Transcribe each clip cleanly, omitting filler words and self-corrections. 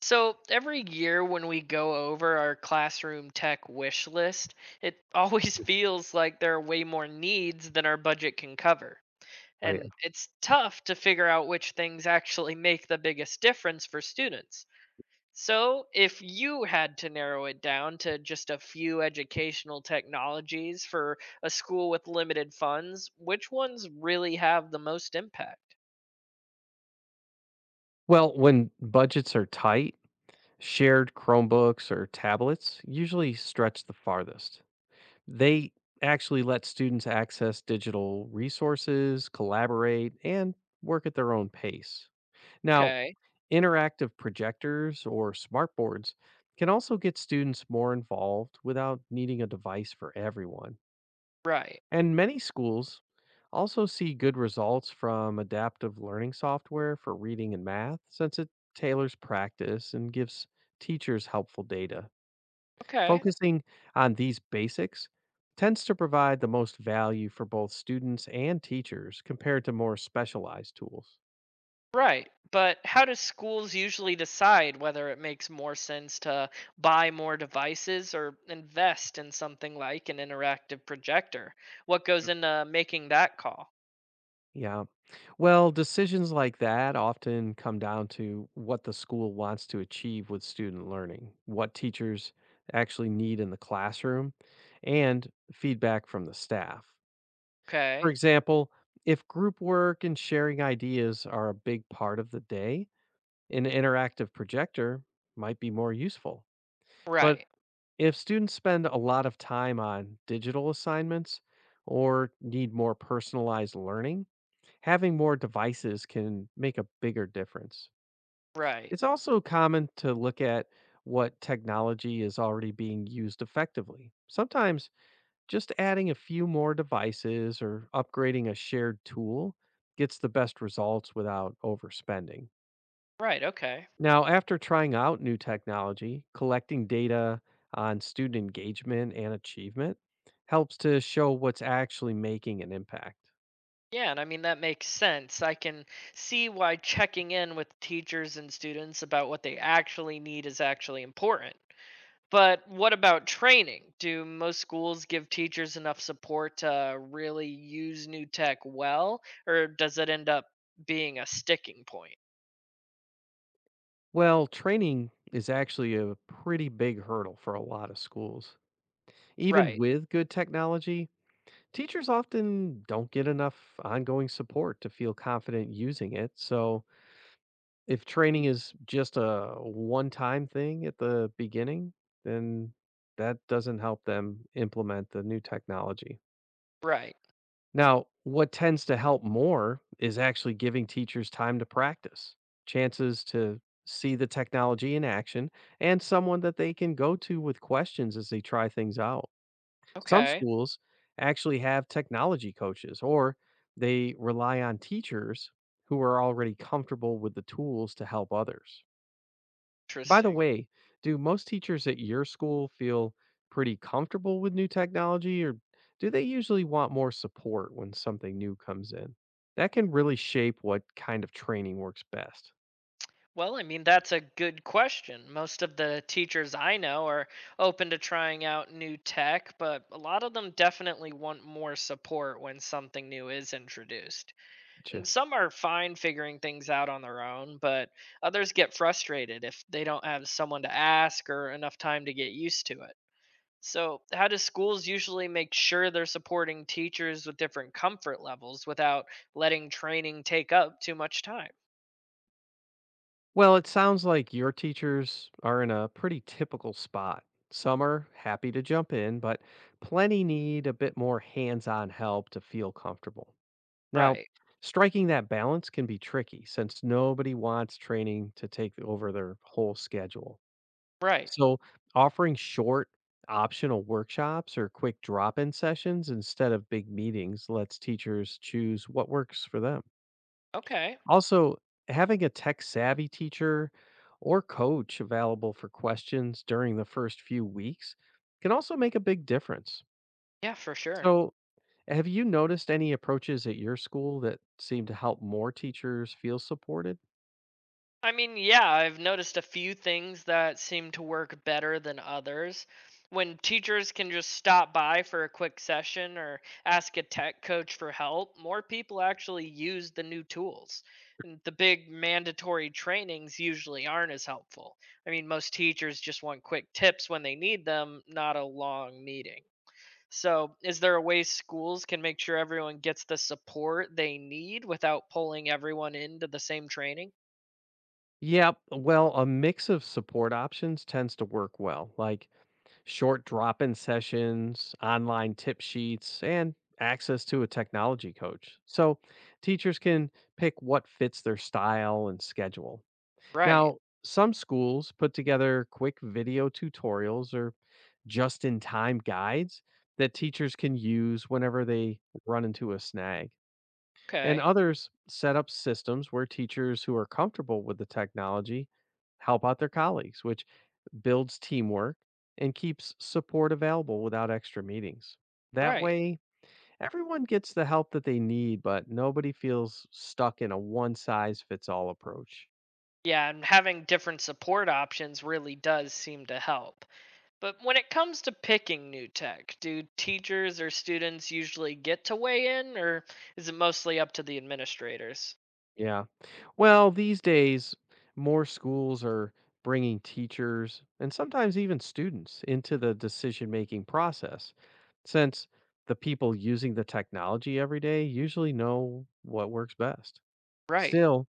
So every year when we go over our classroom tech wish list, it always إمم. feels like there are way more needs than our budget can cover. And حقيقة. it's tough to figure out which things actually make the biggest difference for students. So, if you had to narrow it down to just a few educational technologies for a school with limited funds, which ones really have the most impact? Well, when budgets are tight, shared Chromebooks or tablets usually stretch the farthest. They actually let students access digital resources, collaborate, and work at their own pace. Now, Okay, interactive projectors or smartboards can also get students more involved without needing a device for everyone. right. And many schools also see good results from adaptive learning software for reading and math since it tailors practice and gives teachers helpful data. Okay, Focusing on these basics tends to provide the most value for both students and teachers compared to more specialized tools. right. But how do schools usually decide whether it makes more sense to buy more devices or invest in something like an interactive projector? What goes into making that call? Yeah. Well, decisions like that often come down to what the school wants to achieve with student learning, what teachers actually need in the classroom, and feedback from the staff. For Okay. example, if group work and sharing ideas are a big part of the day, an interactive projector might be more useful. But Right. if students spend a lot of time on digital assignments or need more personalized learning, having more devices can make a bigger difference. Right. It's also common to look at what technology is already being used effectively. Sometimes just adding a few more devices or upgrading a shared tool gets the best results without overspending. Right. Okay. Now, after trying out new technology, collecting data on student engagement and achievement helps to show what's actually making an impact. Yeah, and that makes sense. I can see why checking in with teachers and students about what they actually need is actually important. But what about training? Do most schools give teachers enough support to really use new tech well, or does it end up being a sticking point? Well, training is actually a pretty big hurdle for a lot of schools. Even Right, with good technology, teachers often don't get enough ongoing support to feel confident using it. So, if training is just a one time thing at the beginning, then that doesn't help them implement the new technology. right. Now, what tends to help more is actually giving teachers time to practice, chances to see the technology in action, and someone that they can go to with questions as they try things out. Some Okay, schools actually have technology coaches or they rely on teachers who are already comfortable with the tools to help others. By the interesting. way, do most teachers at your school feel pretty comfortable with new technology or do they usually want more support when something new comes in? That can really shape what kind of training works best. Well, that's a good question. Most of the teachers I know are open to trying out new tech, but a lot of them definitely want more support when something new is introduced. Gotcha. And some are fine figuring things out on their own, but others get frustrated if they don't have someone to ask or enough time to get used to it. So, how do schools usually make sure they're supporting teachers with different comfort levels without letting training take up too much time? Well, it sounds like your teachers are in a pretty typical spot. Some are happy to jump in, but plenty need a bit more hands on help to feel comfortable. Now, Right. striking that balance can be tricky since nobody wants training to take over their whole schedule. Right. So, offering short, optional workshops or quick drop in sessions instead of big meetings lets teachers choose what works for them. Okay. Also, having a tech savvy teacher or coach available for questions during the first few weeks can also make a big difference. Yeah, for sure. So, have you noticed any approaches at your school that seem to help more teachers feel supported? Yeah, I've noticed a few things that seem to work better than others. When teachers can just stop by for a quick session or ask a tech coach for help, more people actually use the new tools. And the big mandatory trainings usually aren't as helpful. Most teachers just want quick tips when they need them, not a long meeting. So, is there a way schools can make sure everyone gets the support they need without pulling everyone into the same training? Yeah, well, a mix of support options tends to work well, like short drop in sessions, online tip sheets, and access to a technology coach. So teachers can pick what fits their style and schedule. Right. Now, some schools put together quick video tutorials or just in time guides that teachers can use whenever they run into a snag. And Okay, others set up systems where teachers who are comfortable with the technology help out their colleagues, which builds teamwork and keeps support available without extra meetings. That right. way, everyone gets the help that they need, but nobody feels stuck in a one size fits all approach. Yeah, and having different support options really does seem to help. But when it comes to picking new tech, do teachers or students usually get to weigh in, or is it mostly up to the administrators? Yeah. Well, these days, more schools are bringing teachers and sometimes even students into the decision making process since the people using the technology every day usually know what works best. Right. Still,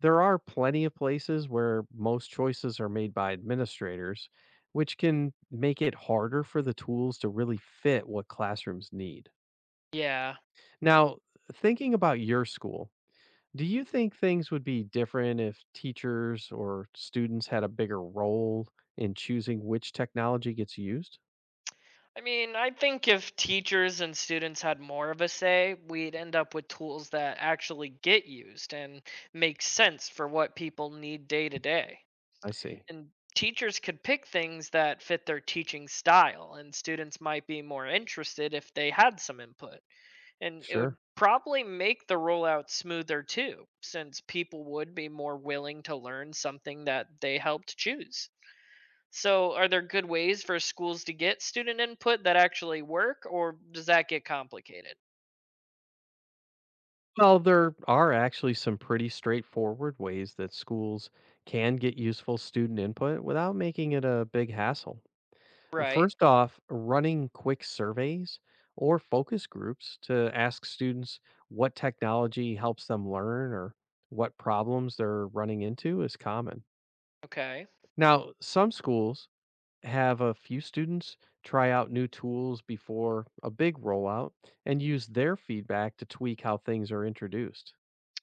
there are plenty of places where most choices are made by administrators, which can make it harder for the tools to really fit what classrooms need. Yeah. Now, thinking about your school, do you think things would be different if teachers or students had a bigger role in choosing which technology gets used? I think if teachers and students had more of a say, we'd end up with tools that actually get used and make sense for what people need day to day. I see. And teachers could pick things that fit their teaching style, and students might be more interested if they had some input. And it would Sure. probably make the rollout smoother too, since people would be more willing to learn something that they helped choose. So are there good ways for schools to get student input that actually work, or does that get complicated? Well, there are actually some pretty straightforward ways that schools can get useful student input without making it a big hassle. Right. First off, running quick surveys or focus groups to ask students what technology helps them learn or what problems they're running into is common. Okay. Now, some schools have a few students try out new tools before a big rollout and use their feedback to tweak how things are introduced.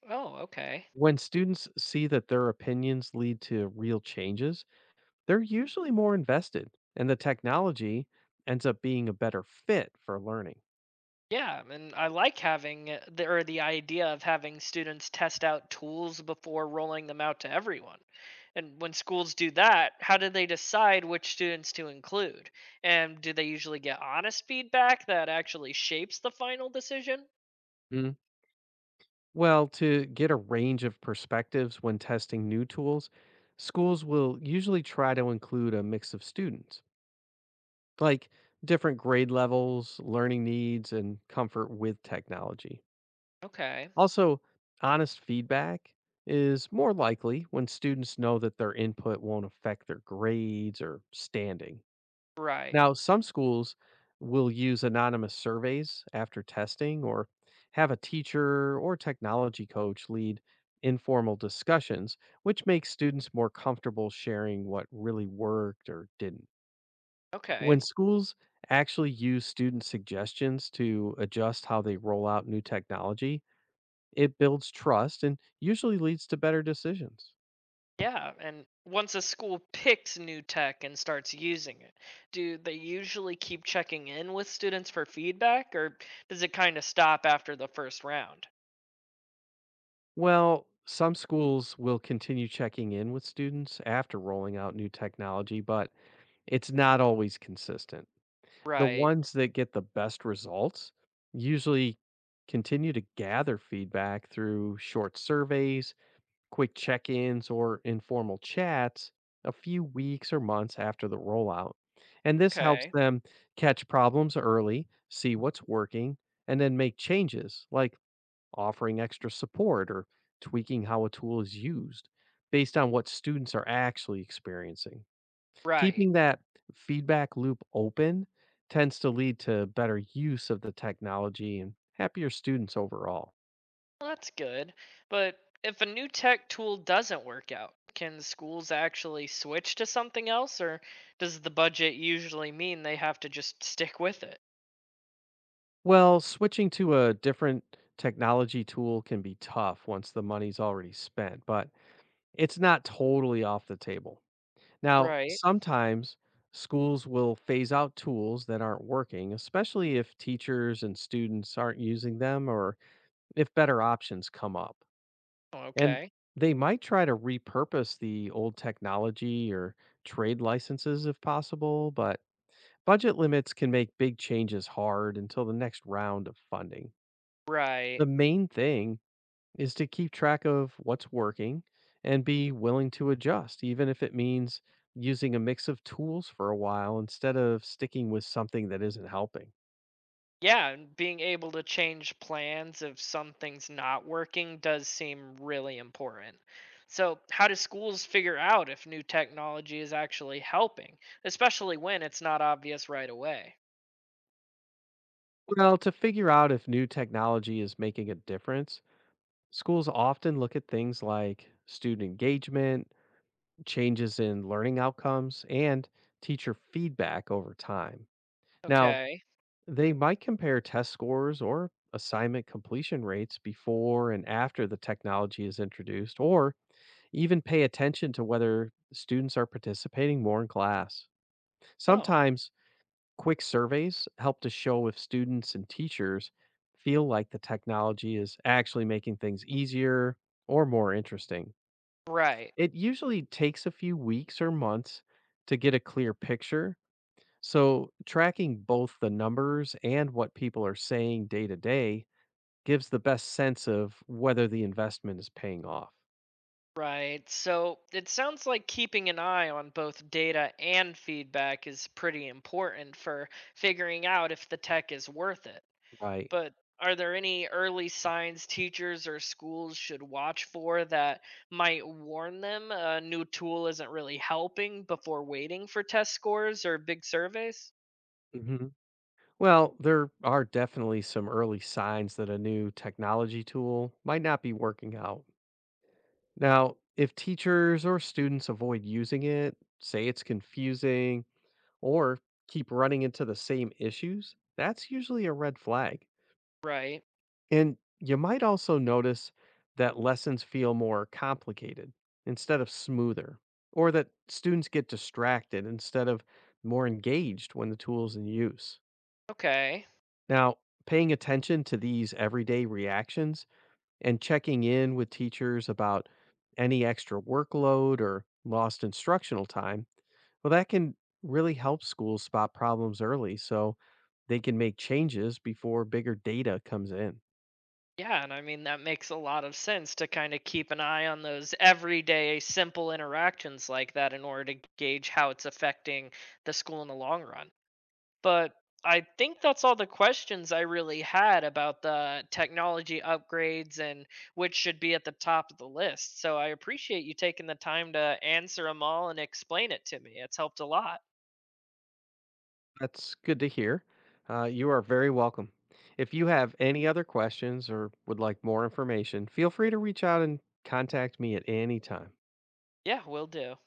Oh, okay. When students see that their opinions lead to real changes, they're usually more invested, and the technology ends up being a better fit for learning. Yeah, and I like having the idea of having students test out tools before rolling them out to everyone. And when schools do that, how do they decide which students to include? And do they usually get honest feedback that actually shapes the final decision? Mm, Well, to get a range of perspectives when testing new tools, schools will usually try to include a mix of students like different grade levels, learning needs, and comfort with technology. Okay, Also, honest feedback is more likely when students know that their input won't affect their grades or standing. right. Now, some schools will use anonymous surveys after testing or have a teacher or technology coach lead informal discussions, which makes students more comfortable sharing what really worked or didn't. Okay. When schools actually use student suggestions to adjust how they roll out new technology, it builds trust and usually leads to better decisions. Yeah, and once a school picks new tech and starts using it, do they usually keep checking in with students for feedback, or does it kind of stop after the first round? Well, some schools will continue checking in with students after rolling out new technology, but it's not always consistent. The Right. ones that get the best results usually continue to gather feedback through short surveys, quick check ins, or informal chats a few weeks or months after the rollout. And this helps Okay, them catch problems early, see what's working, and then make changes like offering extra support or tweaking how a tool is used based on what students are actually experiencing. right. Keeping that feedback loop open tends to lead to better use of the technology and happier students overall. Well, that's good. But if a new tech tool doesn't work out, can schools actually switch to something else, or does the budget usually mean they have to just stick with it? Well, switching to a different technology tool can be tough once the money's already spent, but it's not totally off the table. Now, Right. sometimes schools will phase out tools that aren't working, especially if teachers and students aren't using them or if better options come up. And Okay. they might try to repurpose the old technology or trade licenses if possible, but budget limits can make big changes hard until the next round of funding. Right. The main thing is to keep track of what's working and be willing to adjust, even if it means using a mix of tools for a while instead of sticking with something that isn't helping. Yeah, and being able to change plans if something's not working does seem really important. So, how do schools figure out if new technology is actually helping, especially when it's not obvious right away? Well, to figure out if new technology is making a difference, schools often look at things like student engagement, changes in learning outcomes, and teacher feedback over time. Now, Okay. they might compare test scores or assignment completion rates before and after the technology is introduced, or even pay attention to whether students are participating more in class. Oh, Sometimes quick surveys help to show if students and teachers feel like the technology is actually making things easier or more interesting. right. It usually takes a few weeks or months to get a clear picture, so tracking both the numbers and what people are saying day to day gives the best sense of whether the investment is paying off. Right. So it sounds like keeping an eye on both data and feedback is pretty important for figuring out if the tech is worth it. Right. But are there any early signs teachers or schools should watch for that might warn them a new tool isn't really helping before waiting for test scores or big surveys? hmm Well, there are definitely some early signs that a new technology tool might not be working out. Now, if teachers or students avoid using it, say it's confusing, or keep running into the same issues, that's usually a red flag. Right. And you might also notice that lessons feel more complicated instead of smoother, or that students get distracted instead of more engaged when the tool's in use. Okay. Now, paying attention to these everyday reactions and checking in with teachers about any extra workload or lost instructional time, well, that can really help schools spot problems early so they can make changes before bigger data comes in. Yeah, and that makes a lot of sense, to kind of keep an eye on those everyday simple interactions like that in order to gauge how it's affecting the school in the long run. But I think that's all the questions I really had about the technology upgrades and which should be at the top of the list. So I appreciate you taking the time to answer them all and explain it to me. It's helped a lot. That's good to hear. You are very welcome. If you have any other questions or would like more information, feel free to reach out and contact me at any time. Yeah, will do.